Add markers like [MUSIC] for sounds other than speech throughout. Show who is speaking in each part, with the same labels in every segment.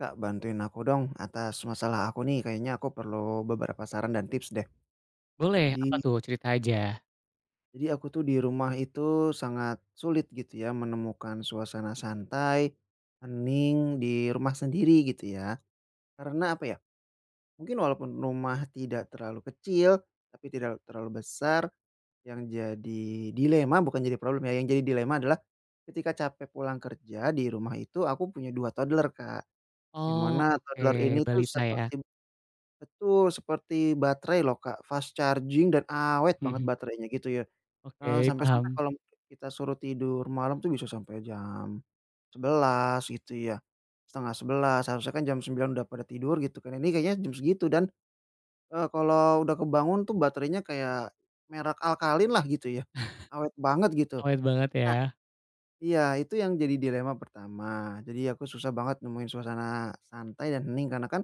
Speaker 1: Kak, bantuin aku dong atas masalah aku nih, kayaknya aku perlu beberapa saran dan tips deh.
Speaker 2: Boleh, apa
Speaker 1: Jadi
Speaker 2: tuh? Cerita aja.
Speaker 1: jadi aku tuh di rumah itu sangat sulit gitu ya menemukan suasana santai, hening di rumah sendiri gitu ya. Karena apa ya, mungkin walaupun rumah tidak terlalu kecil, tapi tidak terlalu besar, yang jadi dilema bukan jadi problem ya, yang jadi dilema adalah ketika capek pulang kerja di rumah itu aku punya 2 toddler, Kak. Di
Speaker 2: Oh, oke,
Speaker 1: toddler ini tuh
Speaker 2: balita ya?
Speaker 1: seperti
Speaker 2: [LAUGHS]
Speaker 1: betul, seperti baterai loh, Kak, fast charging dan awet banget
Speaker 2: Mhm.
Speaker 1: baterainya gitu ya,
Speaker 2: Oke,
Speaker 1: sampai-sampai
Speaker 2: paham.
Speaker 1: kalau kita suruh tidur malam tuh bisa sampai jam sebelas gitu ya, setengah sebelas harusnya kan jam sembilan udah pada tidur gitu kan, ini kayaknya jam segitu dan, kalau udah kebangun tuh baterainya kayak merek Alkaline lah gitu ya, awet banget gitu.
Speaker 2: [LAUGHS] Awet banget
Speaker 1: Nah
Speaker 2: ya?
Speaker 1: iya, itu yang jadi dilema pertama, jadi aku susah banget nemuin suasana santai dan hening karena kan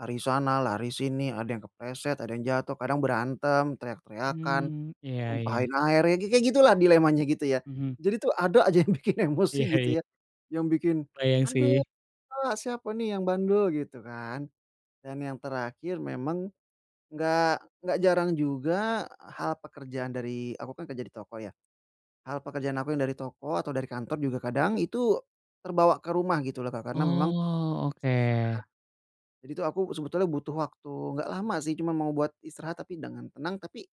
Speaker 1: lari sana, lari sini, ada yang kepleset, ada yang jatuh, kadang berantem, teriak-teriakan,
Speaker 2: Hmm, iya iya.
Speaker 1: numpahin air, ya kayak gitulah dilemanya gitu ya.
Speaker 2: Mhm.
Speaker 1: Jadi tuh ada aja yang [LAUGHS] bikin emosi
Speaker 2: Iya
Speaker 1: gitu
Speaker 2: iya,
Speaker 1: ya, yang bikin,
Speaker 2: kebayang
Speaker 1: ada
Speaker 2: sih.
Speaker 1: Kak, siapa nih yang bandel?" Gitu kan. Dan yang terakhir memang nggak jarang juga hal pekerjaan dari aku kan kerja di toko ya, hal pekerjaan aku yang dari toko atau dari kantor juga kadang itu terbawa ke rumah gitu loh, Kak, karena memang
Speaker 2: Oh, oke.
Speaker 1: jadi itu aku sebetulnya butuh waktu nggak lama sih, cuma mau buat istirahat tapi dengan tenang, tapi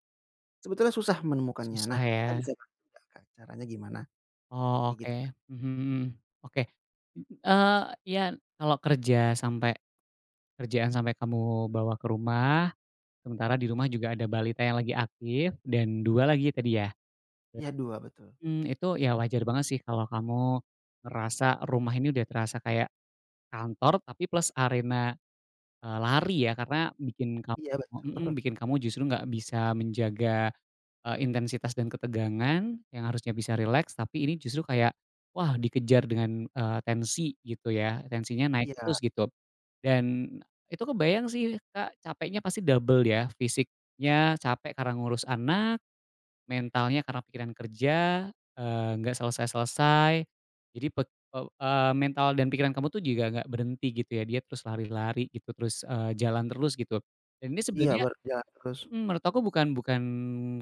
Speaker 1: sebetulnya susah menemukannya.
Speaker 2: Susah
Speaker 1: Nah, Kakak
Speaker 2: ya?
Speaker 1: bisa bantu nggak, Kak, caranya gimana?
Speaker 2: Oh,
Speaker 1: Kayak gitu.
Speaker 2: oke. Mhm mhm. Oke, eee, iya, kalau kerja sampai kerjaan sampai kamu bawa ke rumah, sementara di rumah juga ada balita yang lagi aktif dan 2 lagi tadi ya?
Speaker 1: Iya dua betul.
Speaker 2: Mmm, itu ya wajar banget sih kalau kamu ngerasa rumah ini udah terasa kayak kantor tapi plus arena, lari ya karena bikin kamu
Speaker 1: Iya bet
Speaker 2: mhm, bikin kamu justru nggak bisa menjaga, intensitas dan ketegangan yang harusnya bisa rileks tapi ini justru kayak, wah dikejar dengan, tensi gitu ya, tensinya naik
Speaker 1: iya
Speaker 2: terus gitu. Dan itu kebayang sih Kak, capeknya pasti double ya, fisiknya capek karena ngurus anak. Mentalnya karena pikiran kerja, nggak selesai-selesai. Jadi mental dan pikiran kamu tuh juga nggak berhenti gitu ya, dia terus lari-lari gitu, terus, jalan terus gitu. Dan ini
Speaker 1: iya,
Speaker 2: sebenarnya
Speaker 1: berjalan terus,
Speaker 2: mhm, menurut aku bukan bukan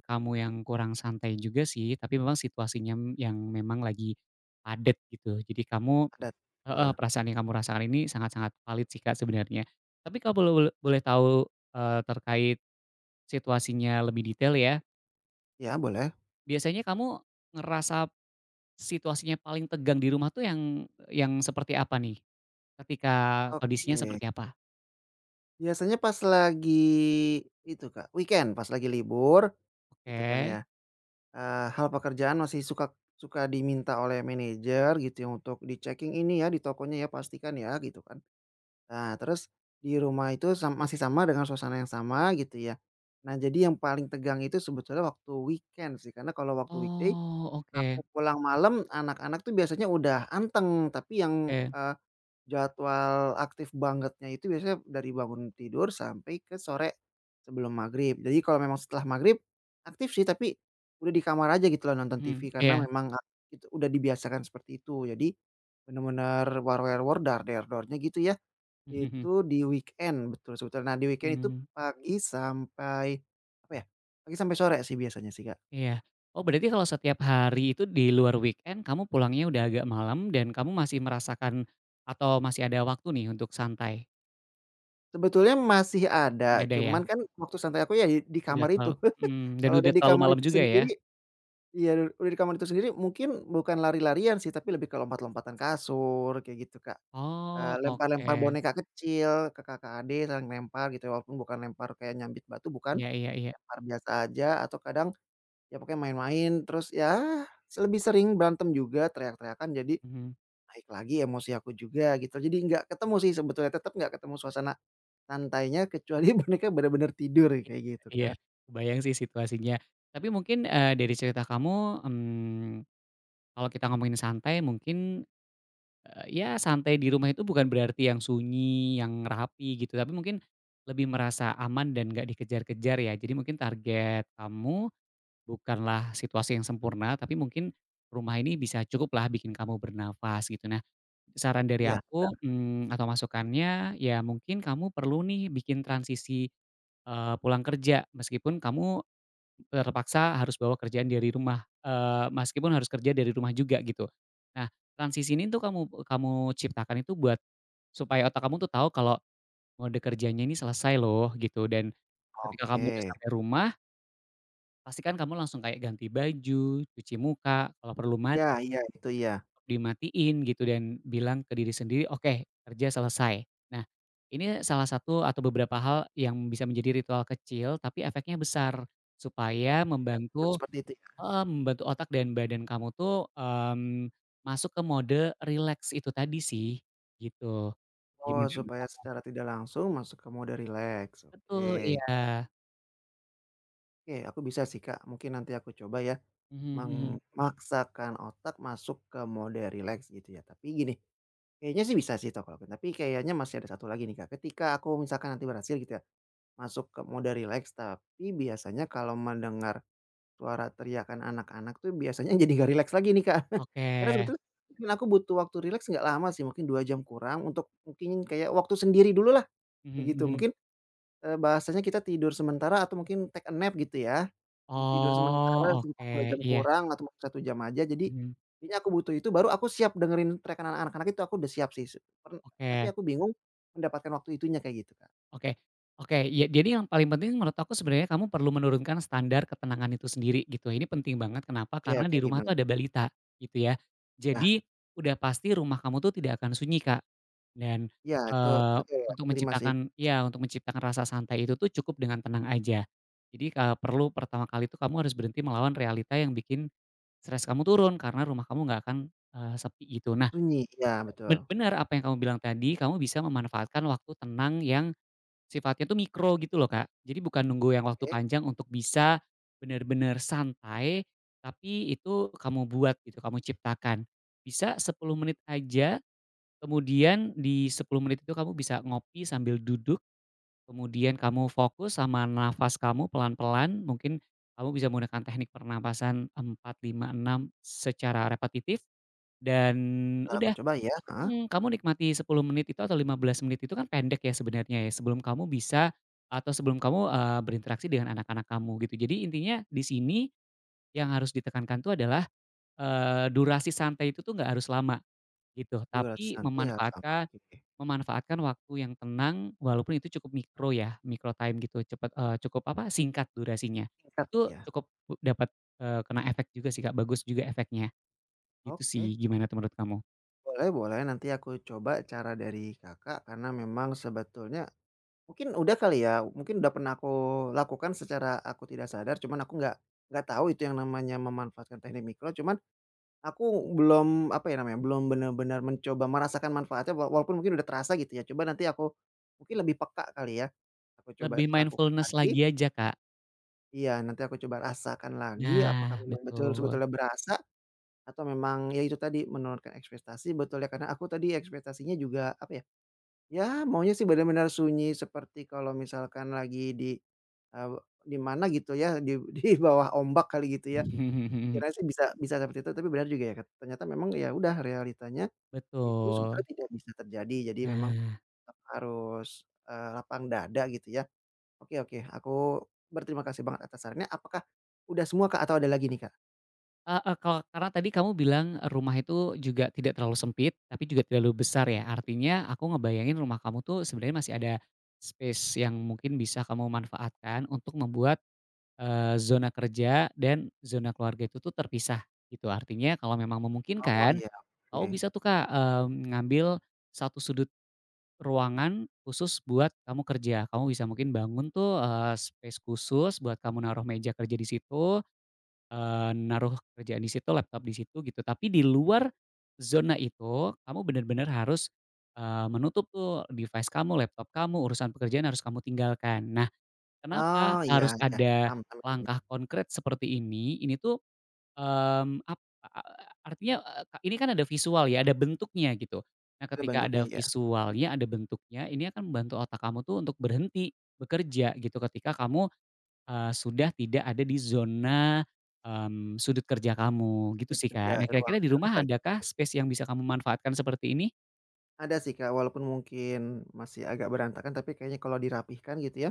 Speaker 2: kamu yang kurang santai juga sih, tapi memang yang memang lagi padat gitu. Jadi kamu
Speaker 1: padat,
Speaker 2: heeh,
Speaker 1: betul.
Speaker 2: perasaan yang kamu rasakan ini sangat-sangat valid sih, Kak, sebenarnya. Tapi kalau boleh tahu, terkait situasinya lebih detail ya,
Speaker 1: Iya boleh.
Speaker 2: biasanya kamu ngerasa situasinya paling tegang di rumah tuh yang seperti apa nih? Ketika kondisinya
Speaker 1: Oke.
Speaker 2: seperti apa?
Speaker 1: Biasanya pas lagi itu, Kak, weekend, pas lagi libur, gitu kan
Speaker 2: Oke.
Speaker 1: ya, hal pekerjaan masih suka suka diminta oleh manajer gitu ya, untuk di-checking ini ya, di tokonya ya, pastikan ya, gitu kan. Nah, terus di rumah itu sam masih sama dengan suasana yang sama gitu ya. Nah, jadi yang paling tegang itu sebetulnya waktu weekend sih, karena kalau waktu weekday
Speaker 2: Oh,
Speaker 1: aku
Speaker 2: oke
Speaker 1: pulang malam, anak-anak tuh biasanya udah anteng, tapi yang,
Speaker 2: oke.
Speaker 1: jadwal aktif bangetnya itu biasanya dari bangun tidur sampai ke sore sebelum maghrib. Jadi kalau memang setelah maghrib aktif sih, tapi udah di kamar aja gitu loh nonton
Speaker 2: Mhm,
Speaker 1: TV karena
Speaker 2: iya.
Speaker 1: memang ak itu udah dibiasakan seperti itu. Jadi bener-bener war wer wor dar der dornya gitu ya.
Speaker 2: [LAUGHS] Mhm mhm.
Speaker 1: Itu di weekend, betul sebetulnya. Nah, di weekend itu
Speaker 2: Mmm,
Speaker 1: pagi sampai, apa ya, pagi sampai sore sih biasanya sih, Kak.
Speaker 2: iya. Oh, berarti kalau setiap hari itu di luar weekend kamu pulangnya udah agak malam dan kamu masih merasakan atau masih ada waktu nih untuk santai?
Speaker 1: Sebetulnya masih ada,
Speaker 2: Masih ada ya?
Speaker 1: cuman kan waktu santai aku ya di
Speaker 2: Udah
Speaker 1: kamar itu.
Speaker 2: terlalu
Speaker 1: [LAUGHS]
Speaker 2: mmm, dan
Speaker 1: Kalau
Speaker 2: udah
Speaker 1: udah di
Speaker 2: terlalu
Speaker 1: kamar
Speaker 2: malam
Speaker 1: itu
Speaker 2: juga ya?
Speaker 1: sendiri iya, udah di kamar itu sendiri mungkin bukan lari-larian sih, tapi lebih ke lompat-lompatan kasur kayak gitu, Kak.
Speaker 2: Oh,
Speaker 1: Lempar-lempar
Speaker 2: oke.
Speaker 1: boneka kecil ke kakak adik, saling lempar gitu ya, walaupun bukan lempar kayak nyambit batu bukan,
Speaker 2: Iya iya iya.
Speaker 1: lempar biasa aja atau kadang ya pokoknya main-main, terus ya lebih sering berantem juga, teriak-teriakan, jadi
Speaker 2: Mhm.
Speaker 1: naik lagi emosi aku juga gitu. Jadi nggak ketemu sih sebetulnya, tetap nggak ketemu suasana santainya kecuali [LAUGHS] boneka benar-benar tidur
Speaker 2: Iya,
Speaker 1: kayak gitu,
Speaker 2: iya,
Speaker 1: Kak.
Speaker 2: kebayang sih situasinya. Tapi mungkin, dari cerita kamu, mmm, kalau kita ngomongin santai mungkin, ya santai di rumah itu bukan berarti yang sunyi, yang rapi gitu, tapi mungkin lebih merasa aman dan nggak dikejar-kejar ya. Jadi mungkin target kamu bukanlah situasi yang sempurna, tapi mungkin rumah ini bisa cukuplah bikin kamu bernafas gitu. Nah, saran dari
Speaker 1: Iya bener,
Speaker 2: aku, mmm, atau masukannya, ya mungkin kamu perlu nih bikin transisi, pulang kerja. Meskipun kamu terpaksa harus bawa kerjaan dari rumah, meskipun harus kerja dari rumah juga gitu. Nah, transisi ini tuh kamu kamu ciptakan itu buat supaya otak kamu tuh tahu kalau mode kerjanya ini selesai loh gitu dan ketika kamu udah
Speaker 1: oke.
Speaker 2: sampai rumah, pastikan kamu langsung kayak ganti baju, cuci muka, kalau perlu mandi,
Speaker 1: Ya iya, itu ya
Speaker 2: dimatiin gitu dan bilang ke diri sendiri, "Oke, kerja selesai." Nah, ini salah satu atau beberapa hal yang bisa menjadi ritual kecil tapi efeknya besar, supaya
Speaker 1: terus
Speaker 2: membantu
Speaker 1: seperti itu ya.
Speaker 2: heeh, membantu otak dan badan kamu tuh, mmm, masuk ke mode rileks itu tadi sih, gitu.
Speaker 1: Oh,
Speaker 2: Gimana menurut
Speaker 1: supaya
Speaker 2: kamu?
Speaker 1: secara tidak langsung masuk ke mode relax.
Speaker 2: Betul,
Speaker 1: Oke.
Speaker 2: iya.
Speaker 1: Oke, aku bisa sih, Kak, mungkin nanti aku coba ya,
Speaker 2: Mhm mhm.
Speaker 1: memaksakan otak masuk ke mode relax gitu ya. Tapi gini kayaknya sih bisa sih Tokopedia, tapi kayaknya masih ada satu lagi nih Kak, ketika aku misalkan nanti berhasil gitu ya, masuk ke mode rileks, tapi biasanya kalau mendengar suara teriakan anak-anak tuh biasanya [LAUGHS] jadi gak relax lagi nih Kak. [LAUGHS]
Speaker 2: Oke.
Speaker 1: Karena sebetulnya mungkin aku butuh waktu relax nggak lama sih, mungkin 2 jam kurang untuk mungkin kayak waktu sendiri dulu lah
Speaker 2: Mhm
Speaker 1: kayak gitu.
Speaker 2: mhm.
Speaker 1: Mungkin bahasanya kita tidur sementara atau mungkin take a nap gitu ya. Di tidur
Speaker 2: Oh,
Speaker 1: sementara sekitar 2
Speaker 2: oke,
Speaker 1: jam
Speaker 2: iya.
Speaker 1: kurang atau mungkin 1 jam aja, jadi
Speaker 2: Mhm,
Speaker 1: kayaknya aku butuh itu baru aku siap dengerin track anak anak-anak itu aku udah siap sih se per tapi
Speaker 2: oke.
Speaker 1: aku bingung mendapatkan waktu itunya kayak gitu, Kak.
Speaker 2: Oke oke, ya jadi yang paling penting menurut aku sebenarnya kamu perlu menurunkan standar ketenangan itu sendiri gitu, ini penting banget kenapa,
Speaker 1: Oke
Speaker 2: karena
Speaker 1: oke
Speaker 2: di rumah
Speaker 1: gimana
Speaker 2: tuh
Speaker 1: tuh?
Speaker 2: ada balita gitu ya.
Speaker 1: Nah,
Speaker 2: Jadi udah pasti rumah kamu tuh tidak akan sunyi, Kak, dan,
Speaker 1: iya itu
Speaker 2: eee,
Speaker 1: betul
Speaker 2: untuk
Speaker 1: aku terima sih.
Speaker 2: menciptakan ya, untuk menciptakan rasa santai itu tuh cukup dengan tenang aja. Jadi, perlu pertama kali tuh kamu harus berhenti melawan realita yang bikin stres kamu turun karena rumah kamu nggak akan, sepi gitu. Nah,
Speaker 1: Sunyi, iya betul.
Speaker 2: benar apa yang kamu bilang tadi, kamu bisa memanfaatkan waktu tenang yang sifatnya tuh mikro gitu loh, Kak. Jadi bukan nunggu yang waktu
Speaker 1: Oke,
Speaker 2: panjang untuk bisa benar-benar santai, tapi itu kamu buat gitu, kamu ciptakan. Bisa 10 menit aja, kemudian di 10 menit itu kamu bisa ngopi sambil duduk, kemudian kamu fokus sama nafas kamu pelan-pelan, mungkin kamu bisa menggunakan teknik pernapasan 4, 5, 6 secara repetitif dan
Speaker 1: entar aku
Speaker 2: udah.
Speaker 1: coba ya, heeh.
Speaker 2: Mhm, kamu nikmati 10 menit itu atau 15 menit itu kan pendek ya sebenarnya ya, sebelum kamu bisa atau sebelum kamu, berinteraksi dengan anak-anak kamu gitu. Jadi intinya di sini yang harus ditekankan tuh adalah, durasi santai itu tuh nggak harus lama gitu,
Speaker 1: Durasi
Speaker 2: tapi
Speaker 1: santai harus lama,
Speaker 2: memanfaatkan
Speaker 1: oke.
Speaker 2: memanfaatkan waktu yang tenang walaupun itu cukup mikro ya, micro time gitu, cukup apa, singkat durasinya.
Speaker 1: Singkat
Speaker 2: Itu
Speaker 1: ya,
Speaker 2: cukup dapat, kena efek juga sih Kak, bagus juga efeknya, gitu sih.
Speaker 1: oke.
Speaker 2: Gimana tuh menurut kamu?
Speaker 1: Boleh boleh nanti aku coba cara dari Kakak karena memang sebetulnya mungkin udah kali ya, mungkin udah pernah aku lakukan secara aku tidak sadar, cuman aku nggak tahu itu yang namanya memanfaatkan teknik mikro, cuman aku belum, apa ya namanya, belum benar-benar mencoba merasakan manfaatnya wa walaupun mungkin udah terasa gitu ya, coba nanti aku mungkin lebih peka kali ya, aku coba
Speaker 2: Lebih
Speaker 1: lakukan
Speaker 2: mindfulness
Speaker 1: lagi
Speaker 2: lagi aja Kak.
Speaker 1: iya, nanti aku coba rasakan lagi apakah
Speaker 2: Nah,
Speaker 1: memang betul
Speaker 2: betul.
Speaker 1: sebetulnya berasa atau memang ya itu tadi menurunkan ekspektasi, betulnya karena aku tadi ekspektasinya juga, apa ya ya maunya sih benar-benar sunyi seperti kalau misalkan lagi di, eee, di mana gitu ya di [LAUGHS] di bawah ombak kali gitu ya.
Speaker 2: [LAUGHS]
Speaker 1: Kirain sih bisa bisa seperti itu tapi benar juga ya ternyata memang ya udah realitanya itu
Speaker 2: Betul.
Speaker 1: sebetulnya tidak bisa terjadi jadi memang
Speaker 2: Nah,
Speaker 1: tetap harus, lapang dada gitu ya. Oke oke aku berterima kasih banget atas sarannya apakah udah semua Kak atau ada lagi nih Kak?
Speaker 2: heeh, kalau karena tadi kamu bilang rumah itu juga tidak terlalu sempit, tapi juga tidak terlalu besar ya. Artinya aku ngebayangin rumah kamu tuh sebenarnya masih ada space yang mungkin bisa kamu manfaatkan untuk membuat, zona kerja dan zona keluarga itu tuh terpisah gitu. Artinya kalau memang
Speaker 1: Oh
Speaker 2: memungkinkan,
Speaker 1: iya
Speaker 2: kamu
Speaker 1: oke.
Speaker 2: bisa tuh Kak, mmm, ngambil satu sudut ruangan khusus buat kamu kerja. Kamu bisa mungkin bangun tuh, space khusus buat kamu naruh meja kerja di situ, naruh kerjaan di situ, laptop di situ gitu. Tapi di luar zona itu, kamu benar-benar harus, menutup tuh device kamu, laptop kamu, urusan pekerjaan harus kamu tinggalkan. Nah, kenapa
Speaker 1: Oh iya
Speaker 2: harus
Speaker 1: iya
Speaker 2: ada
Speaker 1: paham paham sih.
Speaker 2: langkah konkret seperti ini? Ini tuh mmm, ap a a artinya, eee, ka ini kan ada visual ya, ada bentuknya gitu. Nah,
Speaker 1: Itu
Speaker 2: ketika
Speaker 1: bentuknya
Speaker 2: ada
Speaker 1: ya
Speaker 2: visualnya, ada bentuknya, ini akan membantu otak kamu tuh untuk berhenti bekerja gitu ketika kamu, sudah tidak ada di zona, mmm, sudut kerja kamu, gitu sih,
Speaker 1: kerja
Speaker 2: Kak. Nah,
Speaker 1: ruang
Speaker 2: kira-kira di
Speaker 1: kerja.
Speaker 2: rumah adakah space yang bisa kamu manfaatkan seperti ini?
Speaker 1: Ada sih Kak, walaupun mungkin masih agak berantakan, tapi kayaknya kalau dirapihkan gitu ya,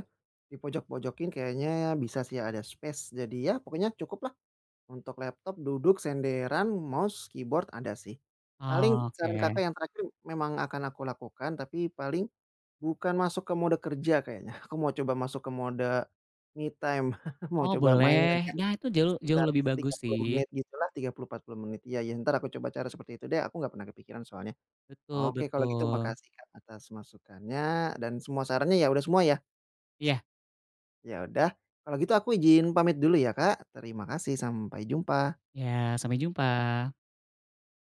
Speaker 1: dipojok-pojokin kayaknya bisa sih ya, ada space. Jadi ya pokoknya cukup lah untuk laptop, duduk, senderan, mouse, keyboard ada sih. Paling
Speaker 2: Oke.
Speaker 1: saran Kakak yang terakhir memang akan aku lakukan, tapi paling bukan masuk ke mode kerja kayaknya. [LAUGHS] Aku mau coba masuk ke mode me time, [LAUGHS] mau
Speaker 2: Oh,
Speaker 1: coba main
Speaker 2: boleh.
Speaker 1: ngegame
Speaker 2: Nah, itu jauh jauh
Speaker 1: sekitar
Speaker 2: lebih bagus
Speaker 1: 30
Speaker 2: sih.
Speaker 1: menit gitulah, 30, 40 menit. Iya iya, entar aku coba cara seperti itu deh, aku nggak pernah kepikiran soalnya.
Speaker 2: Betul
Speaker 1: Oke, kalau gitu
Speaker 2: betul.
Speaker 1: makasih Kak, atas masukannya dan semua sarannya ya udah semua ya?
Speaker 2: Iya
Speaker 1: Ya udah, kalau gitu aku izin pamit dulu ya Kak, terima kasih, sampai jumpa.
Speaker 2: iya, sampai jumpa.